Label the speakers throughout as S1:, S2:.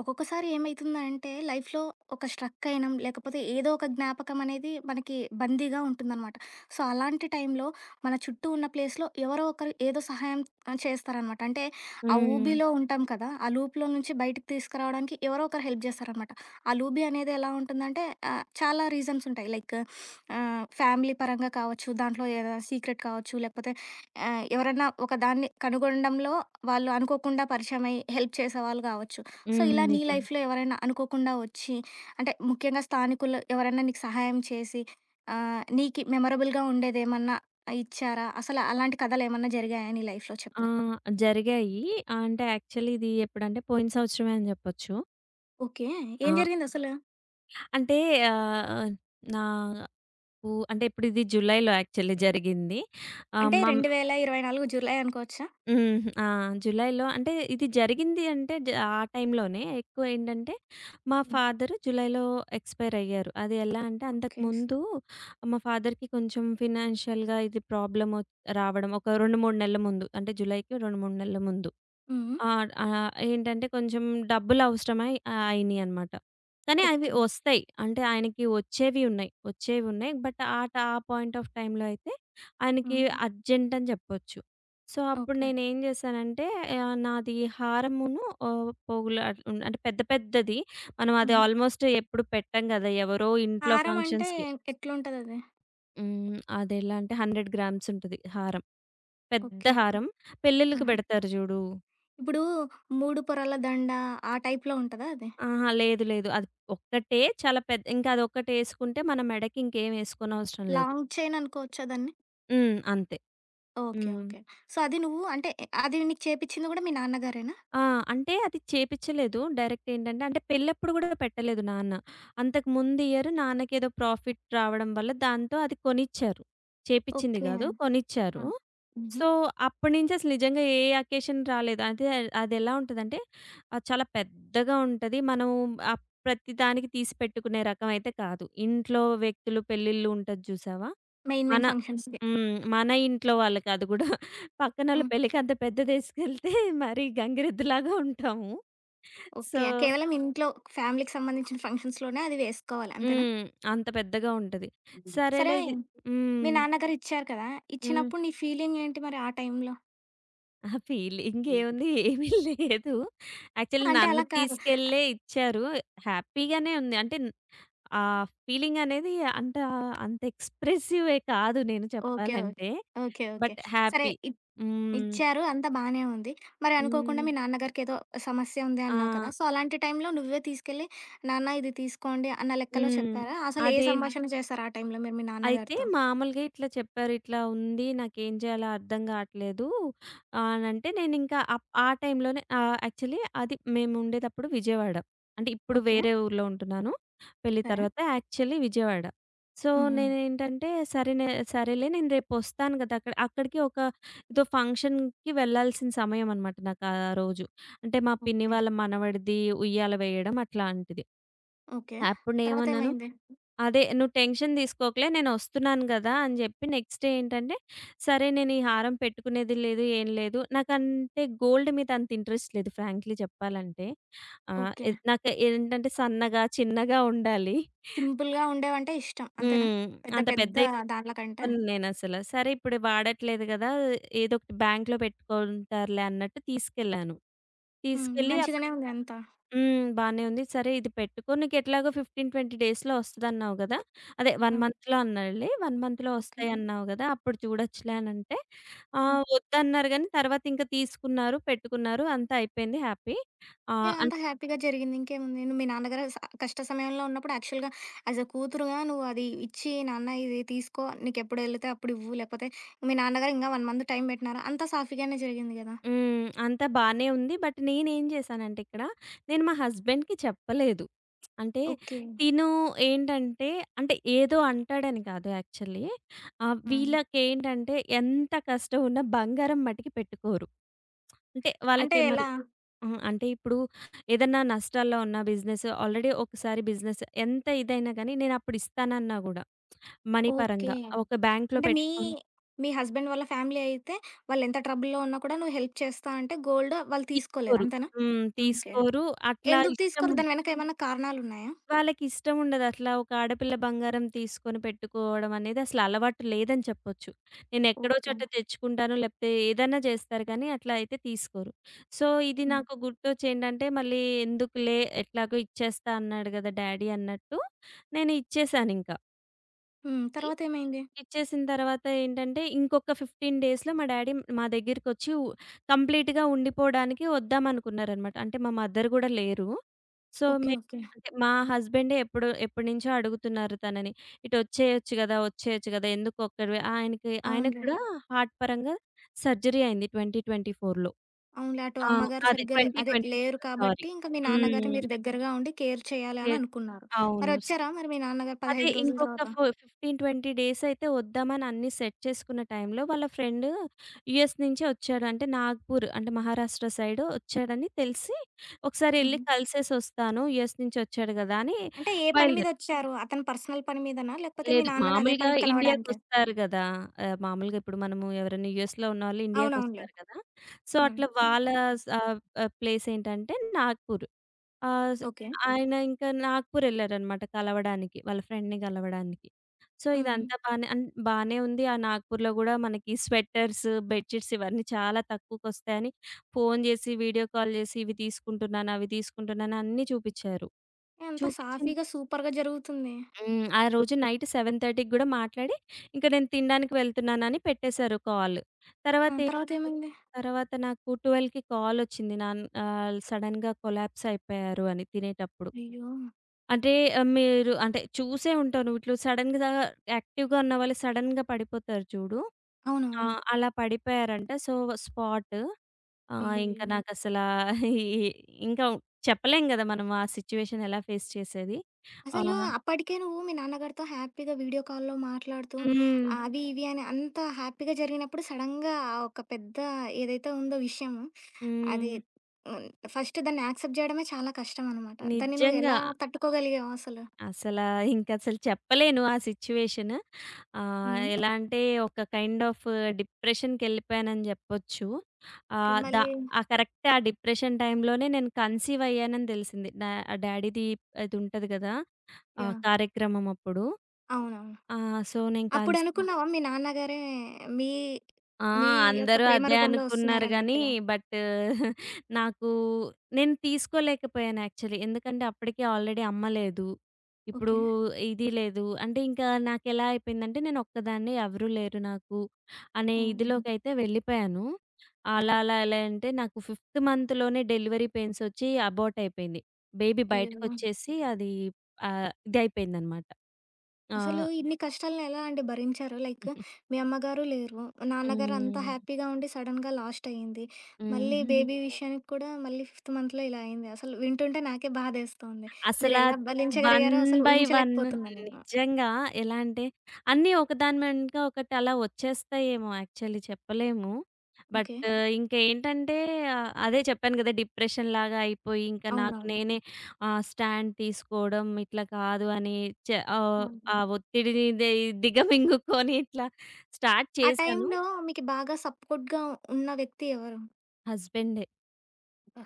S1: ఒక్కొక్కసారి ఏమైతుందంటే లైఫ్‌లో ఒక స్ట్రక్ అయినం, లేకపోతే ఏదో ఒక జ్ఞాపకం అనేది మనకి బందీగా ఉంటుందనమాట. సో, అలాంటి టైంలో మన చుట్టూ ఉన్న ప్లేస్‌లో ఎవరో ఒకరు ఏదో సహాయం చేస్తారనమాట. అంటే ఆ
S2: హ్మ్.
S1: ఊబిలో ఉంటాం కదా! ఆ లూప్‌లో నుంచి బయటికి తీసుకురావడానికి ఎవరో ఒకరు హెల్ప్ చేస్తారనమాట. ఆ లూబి అనేది ఎలా ఉంటుందంటే చాలా రీజన్స్ ఉంటాయి. లైక్ ఫ్యామిలీ పరంగా కావచ్చు, దాంట్లో ఏదైనా సీక్రెట్ కావచ్చు, లేకపోతే ఎవరన్నా ఒకదాన్ని కనుగొనడంలో వాళ్ళు అనుకోకుండా పరిచయమై హెల్ప్ చేసేవాళ్ళు కావచ్చు. సో,
S2: హ్మ్.
S1: ఇలా నీ
S2: నిజం.
S1: లైఫ్‌లో ఎవరైనా అనుకోకుండా వచ్చి అంటే, ముఖ్యంగా స్థానికులు ఎవరైనా నీకు సహాయం చేసి నీకి మెమరబుల్‌గా ఉండేదేమన్నా ఇచ్చారా? అసలు అలాంటి కథలేమన్నా జరిగాయా నీ లైఫ్‌లో
S2: ఆ!
S1: చెప్పు?
S2: జరిగాయి. అంటే యాక్చువల్లీ ఇది ఎప్పుడంటే పోయిన సంవత్సరమే అని జెప్పొచ్చు.
S1: ఓకే. ఏం
S2: ఆ!
S1: జరిగిందసలు?
S2: అంటే ఆహ్, నాకు అంటే ఇప్పుడు ఇది జులైలో యాక్చువల్లీ జరిగింది. ఆహ్,
S1: అంటే
S2: మం
S1: 2024 జూలై అనుకోవచ్చా?
S2: హ్మ్. ఆ! జులైలో అంటే ఇది జరిగింది అంటే ఆ టైంలోనే ఎక్కువ ఏంటంటే మా
S1: హ్మ్.
S2: ఫాదర్ జులైలో ఎక్స్‌పైర్ అయ్యారు. అది ఎలా అంటే
S1: ఓకే.
S2: అంతకుముందు మా ఫాదర్‌కి కొంచెం ఫినాన్షియల్‌గా ఇది ప్రాబ్లమ్ రావడం ఒక 2, 3 నెలల ముందు, అంటే జులైకి 2, 3 నెలల ముందు.
S1: హుహు.
S2: ఆ! ఏంటంటే కొంచెం డబ్బులవసరమై అయినియనమాట. కానీ అవి
S1: ఓకే.
S2: ఒస్తాయి. అంటే ఆయనకి వచ్చేవి ఉన్నాయి. వచ్చేవున్నాయి. బట్ ఆ పాయింట్ ఆఫ్ టైమ్‌లో అయితే ఆయనకి
S1: హ్మ్.
S2: అర్జెంట్ అని జెప్పొచ్చు. సో, అప్పుడు
S1: ఓకే.
S2: నేనేం జేశానంటే నాది హారమును, పోగులు అట్లా ఉండే, అంటే పెద్ద పెద్దది. మనం అది
S1: హుహు.
S2: ఆల్‌మోస్ట్ ఎప్పుడు పెట్టం గదా! ఎవరో ఇంట్లో
S1: హారం అంటే
S2: ఫంక్షన్స్‌కి.
S1: ఎట్లుంటదది?
S2: హ్మ్. అదెలా అంటే 100 గ్రామ్స్ ఉంటది హారం. పెద్ద
S1: ఓకే.
S2: హారం. పెళ్ళిళ్ళకి
S1: ఆహా!
S2: బెడతారు జూడు.
S1: ఇప్పుడు 3 పొరల దండ ఆ టైప్‌లో ఉంటదా అది?
S2: ఆహా! లేదు. లేదు. అది ఒక్కటే చాలా పెద్ద. ఇంకా అదొక్కటేసుకుంటే మన మెడకి ఇంకేం ఏసుకోనవసరం లేదు.
S1: లాంగ్ చైన్ అనుకోవచ్చా దాన్ని?
S2: హ్మ్. అంతే.
S1: ఓకే.
S2: హ్మ్.
S1: ఓకే. సో, అది నువ్వు అంటే ఎ- అది నీకు చేపిచ్చింది గూడా మీ నాన్నగారేనా?
S2: ఆ! అంటే అది చేపిచ్చలేదు. డైరెక్ట్ ఏంటంటే, అంటే పెళ్ళప్పుడు గూడా పెట్టలేదు నాన్న. అంతకు ముందు ఇయర్ నాన్నకేదో ప్రాఫిట్ రావడం వల్ల దాంతో అది కొనిచ్చారు. చేపిచ్చింది
S1: ఓకే.
S2: గాదు. కొనిచ్చారు.
S1: ఆ! హుహు.
S2: సో, అప్పటినుంచి అసలు నిజంగా ఏ అకేషన్ రాలేదు. అదే అదెలా ఉంటదంటే చాలా పెద్దగా ఉంటది. మనం ఆహ్, ప్రతి దానికి తీసి పెట్టుకునే రకం అయితే కాదు. ఇంట్లో వ్యక్తులు పెళ్ళిళ్ళు ఉంటది చూసావా?
S1: మెయిన్
S2: మన
S1: మెయిన్ ఫంక్షన్స్‌కి.
S2: హ్మ్. మన ఇంట్లో వాళ్ళకి అది కూడా పక్కనోళ్ళ
S1: హ్మ్.
S2: పెళ్ళికి అంత పెద్దదేసుకెళ్తే మరి గంగిరెద్దులాగా ఉంటాము. So
S1: okay. కేవలం ఇంట్లో ఫ్యామిలీకి సంబంధించిన ఫంక్షన్స్‌లోనే అది వేసుకోవాలి అంతేనా?
S2: హ్మ్. అంత పెద్దగా ఉంటది. సరేలే
S1: సరే
S2: ఇది
S1: మీ
S2: హ్మ్.
S1: నాన్నగారు ఇచ్చారు కదా!
S2: హ్మ్.
S1: ఇచ్చినప్పుడు నీ ఫీలింగ్ ఏంటి మరి ఆ టైంలో?
S2: ఆ! ఫీలింగేముంది? ఏమీ లేదు. యాక్చువల్లీ
S1: అంటే
S2: నన్ను
S1: అలా కాదు.
S2: తీసుకెళ్ళే ఇచ్చారు. హ్యాపీగానే ఉంది. అంటే ఆ ఫీలింగనేది అంత అంత ఎక్స్‌ప్రెసివే కాదు నేను
S1: ఓకే. ఓకే.
S2: చెప్పాలంటే.
S1: ఓకే. ఓకే.
S2: బట్
S1: సరే.
S2: హ్యాపీ. హ్మ్.
S1: ఇచ్చారు. అంతా బానే ఉంది. మరి అనుకోకుండా
S2: హ్మ్.
S1: మీ నాన్నగారికేదో సమస్య ఉంది
S2: ఆ!
S1: అన్నావు కదా! సో, అలాంటి టైంలో నువ్వే తీసుకెళ్ళి, నాన్న ఇది తీసుకోండి అన్న లెక్కలో
S2: హ్మ్.
S1: చెప్పారా? అసలు ఏ
S2: అదేం
S1: సంభాషణ చేశారు ఆ టైంలో మీరు మీ
S2: అయితే
S1: నాన్నగారితో?
S2: మామూలుగా ఇట్లా చెప్పారు, "ఇట్లా ఉంది. నాకేం చేయాలో అర్థం కావట్లేదు." అనంటే నేనింకా ఆ టైంలోనే, యాక్చువల్లీ అది మేముండేదప్పుడు విజయవాడ. అంటే ఇప్పుడు
S1: ఓకే.
S2: వేరే ఊర్లో ఉంటున్నాను. పెళ్లి
S1: సరే.
S2: తర్వాత, యాక్చువల్లీ విజయవాడ. సో,
S1: హ్మ్. హ్మ్.
S2: నేనేంటంటే సరేలే నేను రేపొస్తాను కదా! అక్కడికి ఒక ఏదో ఫంక్షన్‌కి వెళ్ళాల్సిన సమయం అనమాట నాకు ఆ రోజు. అంటే మా పిన్ని
S1: ఓకే.
S2: వాళ్ళ మనవడిది ఉయ్యాల వేయడం అట్లాంటిది.
S1: ఓకే.
S2: అప్పుడేమన్నాను,
S1: తర్వాతేమైంది?
S2: అదే, "నువ్వు టెన్షన్ తీసుకోకులే, నేనొస్తున్నాను గదా!" అని జెప్పి నెక్స్ట్ డే ఏంటంటే, సరే నేను ఈ హారం పెట్టుకునేది లేదు, ఏం లేదు. నాకంటే గోల్డ్ మీద అంత ఇంట్రెస్ట్ లేదు ఫ్రాంక్లీ చెప్పాలంటే. ఆహ్,
S1: ఓకే.
S2: ఎద్ నాకు ఏంటంటే సన్నగా, చిన్నగా ఉండాలి.
S1: సింపుల్‌గా ఉండేవంటే ఇష్టం. అంతేనా?
S2: హ్మ్.
S1: పెద్ద
S2: అంత
S1: పెద్ద
S2: పెద్దయి
S1: దాన్ల కంటే?
S2: పెట్టుకోను నేనసల. సరే ఇప్పుడు వాడట్లేదు గదా! ఏదో ఒకటి బ్యాంక్‌లో పెట్టుకుంటారులే అన్నట్టు తీసుకెళ్ళాను.
S1: హ్మ్.
S2: తీసుకెళ్ళి అప్పుడు
S1: మంచిగానే ఉంది అంతా.
S2: హ్మ్. బానే ఉంది. సరే ఇది పెట్టుకో, నీకెట్లాగో 15, 20 డేస్‌లో వస్తదన్నావు గదా! అదే 1
S1: హ్మ్.
S2: మంత్‌లో అన్నాడులే. 1 మంత్‌లో
S1: ఓకే.
S2: వస్తాయన్నావు గదా! అప్పుడు చూడొచ్చులే అనంటే,
S1: హ్మ్.
S2: వద్దన్నారు గానీ తర్వాతింక తీసుకున్నారు, పెట్టుకున్నారు. అంతా అయిపోయింది హ్యాపీ. ఆహ్,
S1: యాహ్!
S2: అన్
S1: అంతా హ్యాపీగా జరిగింది. ఇంకేముంది? నేను మీ నాన్నగారు కష్ట సమయంలో ఉన్నప్పుడు యాక్చువల్‌గా యాస్ ఎ కూతురుగా నువ్వు అది ఇచ్చి, "నాన్న ఇది తీసుకో. నీకెప్పుడెళితే అప్పుడివ్వు. లేకపోతే" మీ నాన్నగారు ఇంగా 1 మంత్ టైం పెట్టినారు. అంతా సాఫీగానే జరిగింది గదా!
S2: హ్మ్. అంతా బానే ఉంది. బట్ నేనేం చేశానంటే ఇక్కడ, నేను మా హస్బెండ్‌కి చెప్పలేదు. అంటే
S1: ఓకే.
S2: తిను ఏంటంటే, అంటే ఏదో అంటాడని కాదు యాక్చువల్లీ.
S1: హ్మ్.
S2: వీళ్ళకేంటంటే ఎంత కష్టం ఉన్నా బంగారం మటికి పెట్టుకోరు. అంటే
S1: అంటే
S2: వాళ్ళకి మరి
S1: ఎలా?
S2: అంటే ఇప్పుడు ఏదన్నా నష్టాల్లో ఉన్న బిజినెస్, ఆల్రెడీ ఒకసారి బిజినెస్ ఎంత ఇదైనా గానీ నేనప్పుడు ఇస్తానన్నా గూడా మనీ
S1: ఓకే.
S2: పరంగా ఒక బ్యాంక్‌లో
S1: అంటే మీ
S2: పెట్టుకొని
S1: మీ హస్బెండ్ వాళ్ళ ఫ్యామిలీ అయితే, వాళ్ళెంత ట్రబుల్‌లో ఉన్నా కూడా నువ్వు హెల్ప్ చేస్తా అంటే గోల్డ్ వాళ్ళు తీసుకోలేదు.
S2: తీసుకోరు.
S1: అంతేనా?
S2: హ్మ్.
S1: ఓకే.
S2: తీసుకోరు. అట్లా
S1: ఎందుకు
S2: ఇష్టం
S1: తీసుకోరు? దాని వెనక ఏమన్నా కారణాలున్నాయా?
S2: వాళ్ళకిష్టం ఉండదు. అట్లా ఒక ఆడపిల్ల బంగారం తీసుకొని పెట్టుకోవడం అనేది అసలు అలవాటు లేదని చెప్పొచ్చు. నేనెక్కడో
S1: ఓకే.
S2: చోట తెచ్చుకుంటాను, లేకపోతే ఏదైనా చేస్తారు కానీ అట్లా అయితే తీసుకోరు. సో, ఇది
S1: హ్మ్.
S2: నాకు గుర్తొచ్చేంటంటే మళ్ళీ, ఎందుకులే ఎట్లాగో ఇచ్చేస్తా అన్నాడు గదా డ్యాడీ అన్నట్టు నేను ఇచ్చేసానింకా.
S1: హ్మ్. తర్వాతేమైంది?
S2: ఇచ్చేసిన తర్వాత ఏంటంటే, ఇంకొక 15 డేస్‌లో మా డ్యాడీ మా దగ్గరికొచ్చి కంప్లీట్‌గా ఉండిపోవడానికి వద్దామనుకున్నారనమాట. అంటే మా మదర్ గూడా లేరు. So,
S1: okay.
S2: మేము
S1: ఓకే.
S2: అంటే మా హస్బెండే ఎప్పుడో ఎప్పటినుంచో అడుగుతున్నారు తనని, "ఇటు వచ్చేయొచ్చు గదా! వచ్చేయొచ్చు గదా! ఎందుకు ఒక్కడివే?" ఆయనకి ఆయనకి
S1: అవునులే.
S2: కూడా హార్ట్ పరంగా సర్జరీ అయింది 2024లో.
S1: అవునులే. అటు
S2: ఆ!
S1: అమ్మగారు
S2: అదే
S1: సరిగ్గా లే అదే లేరు
S2: 2023 సారీ.
S1: కాబట్టి, ఇంక మీ నాన్నగారు
S2: హ్మ్.
S1: మీరు దగ్గరగా ఉండి కేర్ చేయాలి
S2: ఎ
S1: అని అనుకున్నారు.
S2: అవును.
S1: మరొచ్చారా మరి మీ నాన్నగారు
S2: అదే
S1: 15 రోజుల
S2: ఇంకొక
S1: తర్వాత?
S2: ఫో 15, 20 డేస్ అయితే వద్దామని అన్నీ సెట్ చేసుకున్న టైంలో వాళ్ళ ఫ్రెండ్ యూఎస్ నుంచే వచ్చాడు. అంటే నాగ్‌పూర్, అంటే మహారాష్ట్ర సైడ్ వచ్చాడని తెలిసి ఒకసారి ఎళ్లి
S1: హుహు.
S2: కలిసేసొస్తాను, యూఎస్ నుంచి వచ్చాడు గదా అని
S1: అంటే ఏ పని
S2: బయలుదేరా.
S1: మీదొచ్చారు? అతని పర్సనల్ పని మీదనా? లేకపోతే మీ
S2: లేదు,
S1: నాన్నని అదే
S2: మామూలుగా
S1: పనికి కలవడానికా?
S2: ఇండియాకొస్తారు గదా! మామూలుగా ఇప్పుడు మనము ఎవరైనా యూఎస్‌లో ఉన్నవాళ్ళు
S1: అవునవునులే.
S2: ఇండియాకొస్తారు కదా! సో,
S1: హ్మ్.
S2: అట్లా వాళ్ళ స ఆహ్, ప్లేస్ ఏంటంటే నాగ్‌పూర్. ఆ! స్
S1: ఓకే.
S2: ఆయన ఇంకా నాగ్‌పూరెళ్లారనమాట కలవడానికి. వాళ్ళ ఫ్రెండ్‌ని గలవడానికి. సో,
S1: హ్మ్.
S2: ఇదంతా బానే ఉంది. ఆ నాగ్‌పూర్‌లో గూడా మనకి స్వెటర్స్, బెడ్‌షీట్స్ ఇవన్నీ చాలా తక్కువకొస్తాయని ఫోను జేసి, వీడియో కాల్ జేసి, ఇవి తీసుకుంటున్నాను, అవి తీసుకుంటున్నాను అన్నీ చూపిచ్చారు.
S1: అంతా
S2: చూపిచ్చిన
S1: సాఫీగా, సూపర్‌గా జరుగుతుంది.
S2: హ్మ్. ఆ రోజు నైట్ 7:30కి గూడా మాట్లాడి, ఇంక నేను తినడానికి వెళ్తున్నానని పెట్టేశారు కాల్.
S1: ఆ!
S2: తర్వాతే
S1: తర్వాతేమైంది?
S2: తర్వాత నాకు 12కి కాలొచ్చింది. సడెన్‌గా కొలాప్స్ అయిపోయారు అని తినేటప్పుడు.
S1: అయ్యో!
S2: అంటే మీరు అంటే చూసే ఉంటారు. నువ్వు ఇట్లు సడెన్‌గా యాక్టివ్‌గా ఉన్నవాళ్ళు సడెన్‌గా పడిపోతారు చూడు. ఆ!
S1: అవునవును.
S2: అలా పడిపోయారంట. So, spot. ఇంకా
S1: అయ్యయ్యో!
S2: ఓకే. నాకసలా ఈ ఇంకా చెప్పలేం గదా! మనం ఆ సిట్యుయేషన్ ఎలా ఫేస్ చేసేది.
S1: అసలు
S2: ఆహ్,
S1: అప్పటికే నువ్వు మీ నాన్నగారితో హ్యాపీగా వీడియో కాల్‌లో మాట్లాడుతూ,
S2: హ్మ్.
S1: ఆ అవి ఇవి అని అంత హ్యాపీగా జరిగినప్పుడు సడెన్‌గా ఆ ఒక పెద్ద ఏదైతే ఉందో విషయం అది
S2: హ్మ్.
S1: హ్మ్. ఫస్ట్ దాన్ని యాక్సెప్ట్ చేయడమే చాలా కష్టం అనమాట. దాన్ని నువ్వు హ్మ్.
S2: నిజంగా.
S1: ఎలా తట్టుకోగలిగావు అసలు?
S2: అసలా ఇంకసలు చెప్పలేను ఆ సిట్యుయేషన్.
S1: హ్మ్.
S2: ఎలా అంటే ఒక కైండ్ ఆఫ్ డిప్రెషన్‌కెళ్ళిపోయానని జెప్పొచ్చు.
S1: ఓకే.
S2: ఆహ్, ద
S1: మళ్ళీ
S2: ఆ కరెక్ట్ ఆ డిప్రెషన్ టైమ్‌లోనే నేను కన్సీవ్ అయ్యానని తెలిసింది. డ్యాడీది ఇదుంటది గదా! ఆ
S1: యాహ్!
S2: కార్యక్రమం అప్పుడు.
S1: అవునవును.
S2: ఆ! సో, నేను
S1: అప్పుడు
S2: కన్స్
S1: అనుకున్నావా మీ నాన్నగారే మీ
S2: ఆ!
S1: మీ యొక్క
S2: అందరూ
S1: ప్రేమ
S2: అదే
S1: రూపంలో
S2: అనుకున్నారు గానీ,
S1: వస్తున్నారన్నట్టుగా?
S2: బట్ నాకు నేను తీసుకోలేకపోయాను యాక్చువల్లీ. ఎందుకంటే అప్పటికి ఆల్రెడీ అమ్మ లేదు. ఇప్పుడు
S1: ఓకే.
S2: ఇది లేదు. అంటే ఇంకా నాకెలా అయిపోయిందంటే, నేనొక్కదాన్నే, ఎవరూ లేరు నాకు అనే
S1: హ్మ్.
S2: ఇదిలోకైతే వెళ్ళిపోయాను.
S1: ఆ!
S2: అలా అలా ఎలా అంటే నాకు ఫిఫ్త్ మంత్‌లోనే డెలివరీ పెయిన్స్ ఒచ్చి అబార్ట్ అయిపోయింది. బేబీ
S1: అయ్యో!
S2: బయటకొచ్చేసి అది ఇదయిపోయిందనమాట. ఆ!
S1: అసలు ఇన్ని కష్టాలను ఎలా అండి భరించారు? లైక్ మీ అమ్మగారు లేరు. నాన్నగారు అంతా
S2: హ్మ్.
S1: హ్యాపీగా ఉండి సడెన్‌గా లాస్ట్ అయింది. మళ్ళీ
S2: హ్మ్.
S1: బేబీ విషయానికి కూడా మళ్ళీ ఫిఫ్త్ మంత్‌లో ఇలా అయింది. అసలు వింటుంటే నాకే బాధేస్తోంది.
S2: అసలా
S1: మీరెలా భరించగలిగారో అసలు
S2: 1/1
S1: ఊహించలేకపోతున్నా నేను.
S2: నిజంగా. ఎలా అంటే అన్నీ ఒకదాని వెనుక ఒకటి అలా వచ్చేస్తాయేమో యాక్చువల్లీ చెప్పలేము. But
S1: okay.
S2: ఇంకేంటంటే అదే చెప్పాను కదా! డిప్రెషన్‌లాగా అయిపోయి ఇంకా నాకు
S1: అవునవును.
S2: నేనే స్టాండ్ తీసుకోవడం ఇట్లా కాదు అని, చ ఆహ్,
S1: అవును.
S2: ఆ ఒత్తిడిని దిగమింగుకొని ఇట్లా స్టార్ట్
S1: ఆ
S2: చేశాను.
S1: టైంలో మీకు బాగా సపోర్ట్‌గా ఉన్న వ్యక్తి ఎవరు?
S2: హస్బెండే.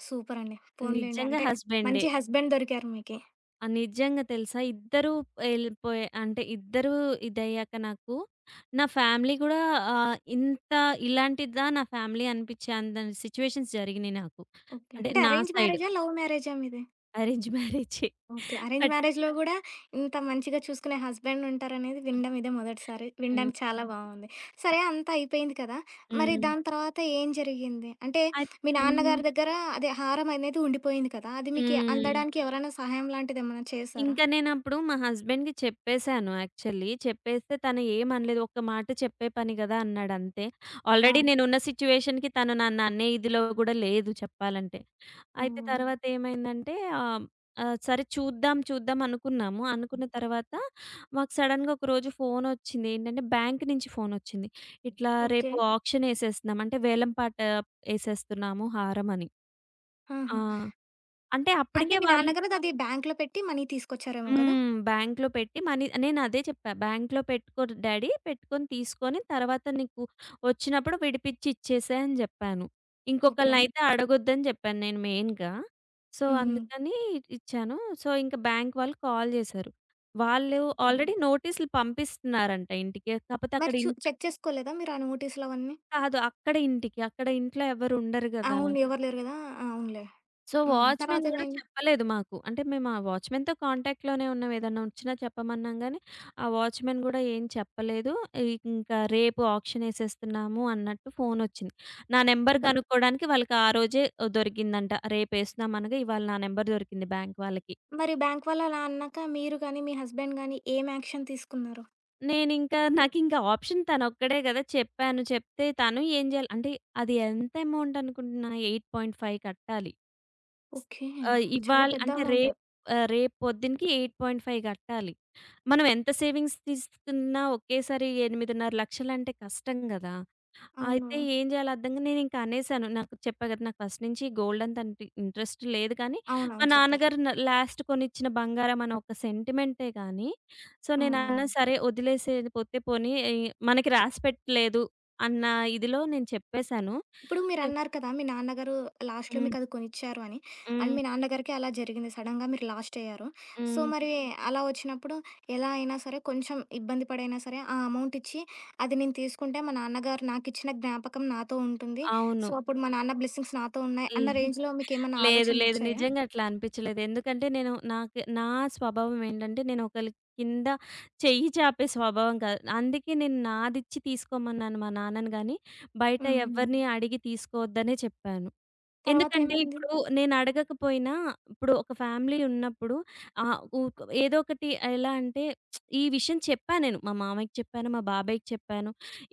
S1: సూపర్ అండి. పోనీలెండి.
S2: నిజంగా
S1: అంటే
S2: హస్బెండే.
S1: మంచి హస్బెండ్ దొరికారు మీకి.
S2: ఆ! నిజంగా తెలుసా? ఇద్దరు ఎళ్ళిపోయే అంటే ఇద్దరు ఇదయ్యాక నాకు, నా ఫ్యామిలీ గూడా ఇంత ఇలాంటిదా నా ఫ్యామిలీ అనిపిచ్చే అంత సిట్యుయేషన్స్ జరిగినియి నాకు.
S1: ఓకే.
S2: అంటే
S1: అంటే
S2: నా
S1: అరేంజ్
S2: సైడ్
S1: మ్యారేజా? లవ్ మ్యారేజా మీది?
S2: అరేంజ్ మ్యారేజే.
S1: ఓకే. అరేంజ్
S2: బట్
S1: మ్యారేజ్‌లో గూడా ఇంత మంచిగా చూసుకునే హస్బెండ్ ఉంటారనేది వినడం ఇదే మొదటిసారి.
S2: హ్మ్.
S1: వినడానికి చాలా హ్మ్. బావుంది. సరే అంతా అయిపోయింది కదా! మరి
S2: హ్మ్.
S1: దాని తర్వాత ఏం జరిగింది? అంటే
S2: అయి
S1: మీ
S2: హ్మ్.
S1: నాన్నగారి దగ్గర అదే హారం అనేది ఉండిపోయింది కదా! అది మీకి
S2: హ్మ్.
S1: అందడానికి ఎవరైనా సహాయం లాంటిదేమన్నా చేశారా?
S2: ఇంకా నేనప్పుడు మా హస్బెండ్‌కి చెప్పేసాను యాక్చువల్లీ. చెప్పేస్తే తను ఏమనలేదు. ఒక్క మాట చెప్పే పని గదా అన్నాడంతే.
S1: ఆ!
S2: ఆల్రెడీ నేనున్న సిట్యుయేషన్‌కి తను నన్ను అనే ఇదిలో గూడా లేదు చెప్పాలంటే. అయితే
S1: హ్మ్.
S2: తర్వాతేమైందంటే, ఆహ్, ఆహ్, సరే చూద్దాం, చూద్దాం అనుకున్నాము. అనుకున్న తర్వాత మాకు సడెన్‌గా ఒకరోజు ఫోనొచ్చింది. ఏంటంటే బ్యాంక్ నుంచి ఫోనొచ్చింది. ఇట్లా
S1: ఓకే.
S2: రేపు ఆక్షన్ ఏసేస్తున్నాం, అంటే వేలం పాట ఏసేస్తున్నాము హారమని. ఆ!
S1: ఆహా!
S2: అంటే
S1: అంటే
S2: అప్పటికే
S1: మీ
S2: వాళ్ళు
S1: నాన్నగారు అది బ్యాంక్‌లో పెట్టి మనీ తీసుకొచ్చారేమో కదా!
S2: బ్యాంక్‌లో పెట్టి మనీ నేనదే చెప్పా, "బ్యాంక్‌లో పెట్టుకో డాడీ. పెట్టుకొని తీసుకొని తర్వాత నీకు వచ్చినప్పుడు విడిపించి ఇచ్చేసేయి" అని జెప్పాను.
S1: ఓకే.
S2: ఇంకొకళ్ళనైతే అడగొద్దని జెప్పాను నేను మెయిన్‌గా. సో,
S1: హ్మ్.
S2: అందుకని ఇచ్చాను. సో, ఇంక బ్యాంక్ వాళ్ళు కాల్ జేశారు. వాళ్ళు
S1: హ్మ్.
S2: ఆల్రెడీ నోటీసులు పంపిస్తున్నారంట ఇంటికి. కాపోతే అక్కడ
S1: మరి
S2: ఇంటి
S1: చెక్ చేసుకోలేదా మీరు ఆ నోటీసులవన్నీ?
S2: కాదు. అక్కడ ఇంటికి. అక్కడ ఇంట్లో ఎవరు ఉండరు గదా!
S1: అవును. ఎవరు లేరు గదా! అవునులే.
S2: సో,
S1: హ్మ్.
S2: వాచ్‌మెన్ గూడా
S1: తర్వాతేమైంది?
S2: చెప్పలేదు మాకు. అంటే మేము ఆ వాచ్‌మెన్‌తో కాంటాక్ట్‌లోనే ఉన్నాం. ఏదన్నా వచ్చినా చెప్పమన్నాం గానీ, ఆ వాచ్‌మెన్ గూడా ఏం చెప్పలేదు. ఇ ఇంకా రేపు ఆక్షన్ ఏసేస్తున్నాము అన్నట్టు ఫోనొచ్చింది. నా నెంబర్
S1: హ్మ్.
S2: కనుక్కోడానికి వాళ్ళకి ఆ రోజే దొరికిందంట. రేపేస్తున్నాం అనగా ఇవాళ నా నెంబర్ దొరికింది బ్యాంక్ వాళ్ళకి.
S1: మరి బ్యాంక్ వాళ్ళు అలా అన్నాక మీరు గాని, మీ హస్బెండ్ గాని ఏం యాక్షన్ తీసుకున్నారు?
S2: నేనింకా నాకింకా ఆప్షన్ తనొక్కడే గదా! చెప్పాను. చెప్తే తను ఏం జేయాలి అంటే అది ఎంత అమౌంట్ అనుకుంటున్నా 8.5 కట్టాలి.
S1: ఓకే. చాలా
S2: ఇవాళ
S1: పెద్ద
S2: అంటే
S1: అమౌంట్.
S2: రేపు రేపు పొద్దునకి 8.5 కట్టాలి. మనం ఎంత సేవింగ్స్ తీసుకున్నా ఒకేసారి 8,500,000 అంటే కష్టం గదా!
S1: అవును.
S2: అయితే ఏం చేయాలో అర్థం గాక నేనింక అనేసాను. నాకు చెప్పా గదా! నాకు ఫస్ట్ నుంచి గోల్డ్ అంత అంటి ఇంట్రెస్ట్ లేదు కానీ, మా
S1: అవునవును. చెప్పారు.
S2: నాన్నగారు లాస్ట్ కొనిచ్చిన బంగారం అనే ఒక సెంటిమెంటే గానీ, సో,
S1: హ్మ్.
S2: నేనన్నా సరే వదిలేసేది, పోతే పోనీ మనకి రాసి పెట్టలేదు అన్న ఇదిలో నేను చెప్పేసాను.
S1: ఇప్పుడు
S2: చెప్
S1: మీరన్నారు కదా! మీ నాన్నగారు లాస్ట్‌లో
S2: హ్మ్.
S1: మీకది కొనిచ్చారు అని. అండ్
S2: హ్మ్.
S1: మీ నాన్నగారికి అలా జరిగింది. సడెన్‌గా మీరు లాస్ట్ అయ్యారు. సో,
S2: హ్మ్.
S1: మరి అలా వచ్చినప్పుడు ఎలా అయినా సరే కొంచెం ఇబ్బంది పడైనా సరే ఆ అమౌంట్ ఇచ్చి, అది నేను తీసుకుంటే మా నాన్నగారు నాకిచ్చిన జ్ఞాపకం నాతో ఉంటుంది.
S2: అవును.
S1: సో, అప్పుడు మా నాన్న బ్లెస్సింగ్స్ నాతో ఉన్నాయి
S2: ఈ
S1: అన్న రేంజ్‌లో మీకేమన్నా
S2: లేదు. లేదు.
S1: ఆలోచనలొచ్చాయా?
S2: నిజంగా అట్లా అనిపిచ్చలేదు. ఎందుకంటే నేను నాకు నా స్వభావం ఏంటంటే నేను ఒకళ్ళ కింద చెయ్యి చాపే స్వభావం కాదు. అందుకే నేను నాదిచ్చి తీసుకోమన్నాను మా నాన్నని గానీ, బయట
S1: హ్మ్. హ్మ్.
S2: ఎవ్వరిని అడిగి తీసుకోవద్దనే చెప్పాను.
S1: తర్వాత
S2: ఎందుకంటే
S1: ఏమైంది?
S2: ఇప్పుడు నేనడగకపోయినా, ఇప్పుడు ఒక ఫ్యామిలీ ఉన్నప్పుడు ఆహ్, ఊక ఏదో ఒకటి ఎలా అంటే, ఈ విషయం చెప్పా నేను. మా మామయ్యకి చెప్పాను, మా బాబాయ్‌కి చెప్పాను.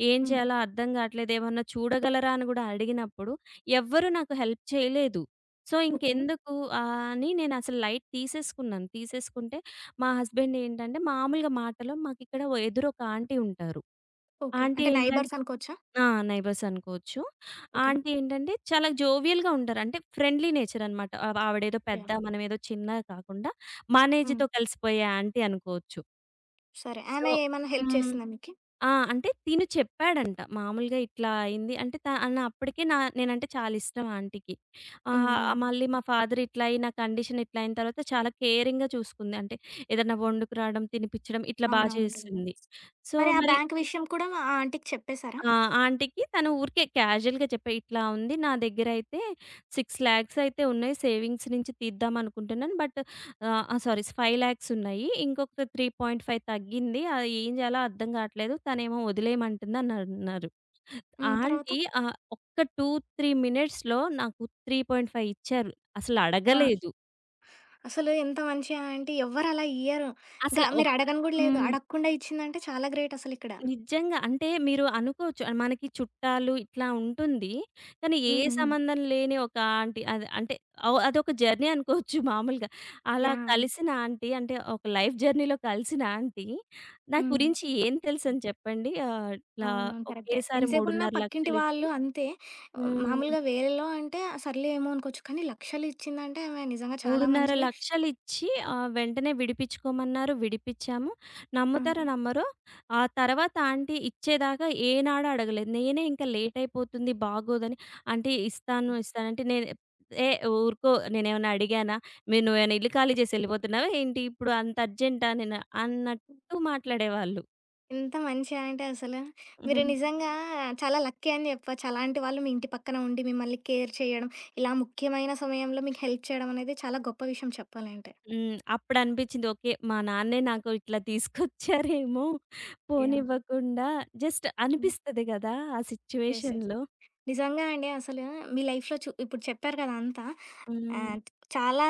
S2: ఏం
S1: హ్మ్.
S2: చేయాలో అర్థం కావట్లేదు, ఏమన్నా చూడగలరా అని గూడా అడిగినప్పుడు ఎవ్వరు నాకు హెల్ప్ చేయలేదు. So,
S1: okay.
S2: ఇంకెందుకు అని నేనసలు లైట్ తీసేసుకున్నాను. తీసేసుకుంటే మా హస్బెండ్ ఏంటంటే, మామూలుగా మాటలో మాకిక్కడ ఎదురు ఒక ఆంటీ ఉంటారు.
S1: ఓకే.
S2: ఆంటీ
S1: అంటే
S2: ఏంటంటే
S1: నైబర్స్ అనుకోవచ్చా?
S2: ఆ! నైబర్స్ అనుకోవచ్చు.
S1: ఓకే.
S2: ఆంటీ ఏంటంటే చాలా జోవియల్‌గా ఉంటారు. అంటే ఫ్రెండ్లీ నేచర్ అనమాట. ఆవిడేదో పెద్ద,
S1: యాహ్!
S2: మనమేదో చిన్న కాకుండా మన
S1: హ్మ్.
S2: ఏజ్‌తో కలిసిపోయే ఆంటీ అనుకోవచ్చు.
S1: సరే.
S2: సో
S1: ఆమె ఏమన్నా హెల్ప్
S2: హ్మ్.
S1: చేసిందా మీకు?
S2: ఆ! అంటే చెప్పాడంట. మామూలుగా ఇట్లా అయింది అంటే తను అప్పటికే నేనంటే చాలా ఇష్టం ఆంటీకి.
S1: హ్మ్. హ్మ్.
S2: మళ్ళీ మా ఫాదర్ ఇట్లా అయ్యి నా కండిషన్ ఇట్లా అయిన తర్వాత చాలా కేరింగ్‌గా చూసుకుంది. అంటే ఏదైనా వండుకురావడం, తినిపించడం ఇట్లా బా
S1: అవునవునులే కదా!
S2: చేస్తుంది. సో
S1: మరి ఆ
S2: మరి,
S1: బ్యాంక్ విషయం కూడా ఆ ఆంటీకి చెప్పేసారా?
S2: ఆ! ఆంటీకి తను ఊరికే క్యాజుయల్‌గా చెప్పా, "ఇట్లా ఉంది, నా దగ్గరైతే 6,00,000 అయితే ఉన్నాయి సేవింగ్స్ నుంచి తీద్దాం అనుకుంటున్నాను. బట్ ఆ! సారీ 5,00,000 ఉన్నాయి. ఇంకొక 3.5 తగ్గింది. అది ఏం చేయాలో అర్థం కావట్లేదు. తనేమో వదిలేయమంటుంది" అని అన్నారు.
S1: హ్మ్. తర్వాత?
S2: ఆంటీ ఒక్క 2, 3 మినిట్స్‌లో నాకు 3.5 ఇచ్చారు. అసలు
S1: అబ్బా!
S2: అడగలేదు.
S1: అసలు ఎంత మంచి ఆంటీ ఎవ్వరు అలా ఇయ్యరు. ఇంకా
S2: అసలు
S1: మీరు అడగను గూడా లేదు.
S2: హ్మ్.
S1: అడగకుండా ఇచ్చిందంటే చాలా గ్రేట్ అసలిక్కడ.
S2: నిజంగా. అంటే మీరు అనుకోవచ్చు, "ఆ, మనకి చుట్టాలు ఇట్లా ఉంటుంది." కానీ ఏ
S1: హ్మ్. హ్మ్.
S2: సంబంధం లేని ఒక ఆంటీ అది అంటే, అవ్ అదొక జర్నీ అనుకోవచ్చు మామూలుగా. అలా
S1: యాహ్!
S2: కలిసిన ఆంటీ అంటే ఒక లైఫ్ జర్నీలో కలిసిన ఆంటీ, నా
S1: హ్మ్.
S2: గురించి ఏం తెలుసని చెప్పండి? ఇట్లా
S1: అవునవును. కరెక్టే.
S2: ఒకేసారి
S1: ఎంతసేపున్నా పక్కింటి
S2: 3,500,000 ఇచ్చి
S1: వాళ్ళు అంతే. ఆ,
S2: హ్మ్.
S1: మామూలుగా వేరేలో అంటే సర్లే ఏమో అనుకోవచ్చు. కానీ లక్షలిచ్చిందంటే ఆమె నిజంగా చాలా మంచిది.
S2: 3,500,000 వెంటనే విడిపించుకోమన్నారు. విడిపించాము.
S1: ఆ!
S2: నమ్ముతారో నమ్మరో, ఆ తర్వాత ఆంటీ ఇచ్చేదాకా ఏనాడూ అడగలేదు. నేనే ఇంకా లేట్ అయిపోతుంది బాగోదని, ఆంటీ ఇస్తాను, ఇస్తాను అంటే నేను, ఏ ఊరుకో, నేనేమన్నా అడిగానా? మీరు నువ్వేమైనా ఇల్లు ఖాళీ చేసి ఎళ్ళిపోతున్నావా ఏంటి? ఇప్పుడు అంత అర్జెంటా నేను అన్నట్టు మాట్లాడేవాళ్ళు.
S1: ఎంత మంచిగా అంటే అసలు. మీరు నిజంగా చాలా లక్కీ అని చెప్పొచ్చు. అలాంటి వాళ్ళు మీ ఇంటి పక్కన ఉండి మిమ్మల్ని కేర్ చేయడం, ఇలా ముఖ్యమైన సమయంలో మీకు హెల్ప్ చేయడం అనేది చాలా గొప్ప విషయం చెప్పాలంటే.
S2: హ్మ్. అప్పుడు అనిపించింది, ఓకే మా నాన్నే నాకు ఇట్లా తీసుకొచ్చారేమో
S1: యాహ్!
S2: పోనివ్వకుండా, జస్ట్
S1: హ్మ్.
S2: అనిపిస్తది గదా! ఆ
S1: యెస్. యెస్.
S2: సిట్యుయేషన్‌లో.
S1: నిజంగా అండి. అసలు మీ లైఫ్‌లో ఇప్పుడు చెప్పారు కదా! అంతా.
S2: హ్మ్.
S1: ఆహ్, చాలా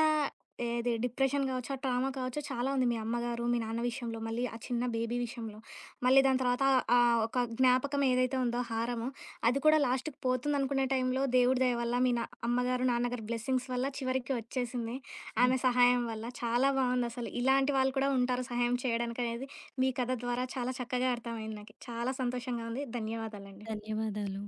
S1: ఏది డిప్రెషన్ కావచ్చు, ఆ ట్రామా కావచ్చు చాలా ఉంది. మీ అమ్మగారు, మీ నాన్న విషయంలో, మళ్ళీ ఆ చిన్న బేబీ విషయంలో, మళ్ళీ దాని తర్వాత ఆ ఒక జ్ఞాపకం ఏదైతే ఉందో హారము, అది కూడా లాస్ట్‌కి పోతుందనుకునే టైంలో దేవుడి దయ వల్ల మీ న అమ్మగారు, నాన్నగారు బ్లెస్సింగ్స్ వల్ల చివరికి వచ్చేసింది.
S2: హ్మ్.
S1: ఆమె సహాయం వల్ల. చాలా బావుందసలు. ఇలాంటి వాళ్ళు కూడా ఉంటారు సహాయం చేయడానికనేది మీ కథ ద్వారా చాలా చక్కగా అర్థమైంది నాకు. చాలా సంతోషంగా ఉంది. ధన్యవాదాలండి.
S2: ధన్యవాదాలు.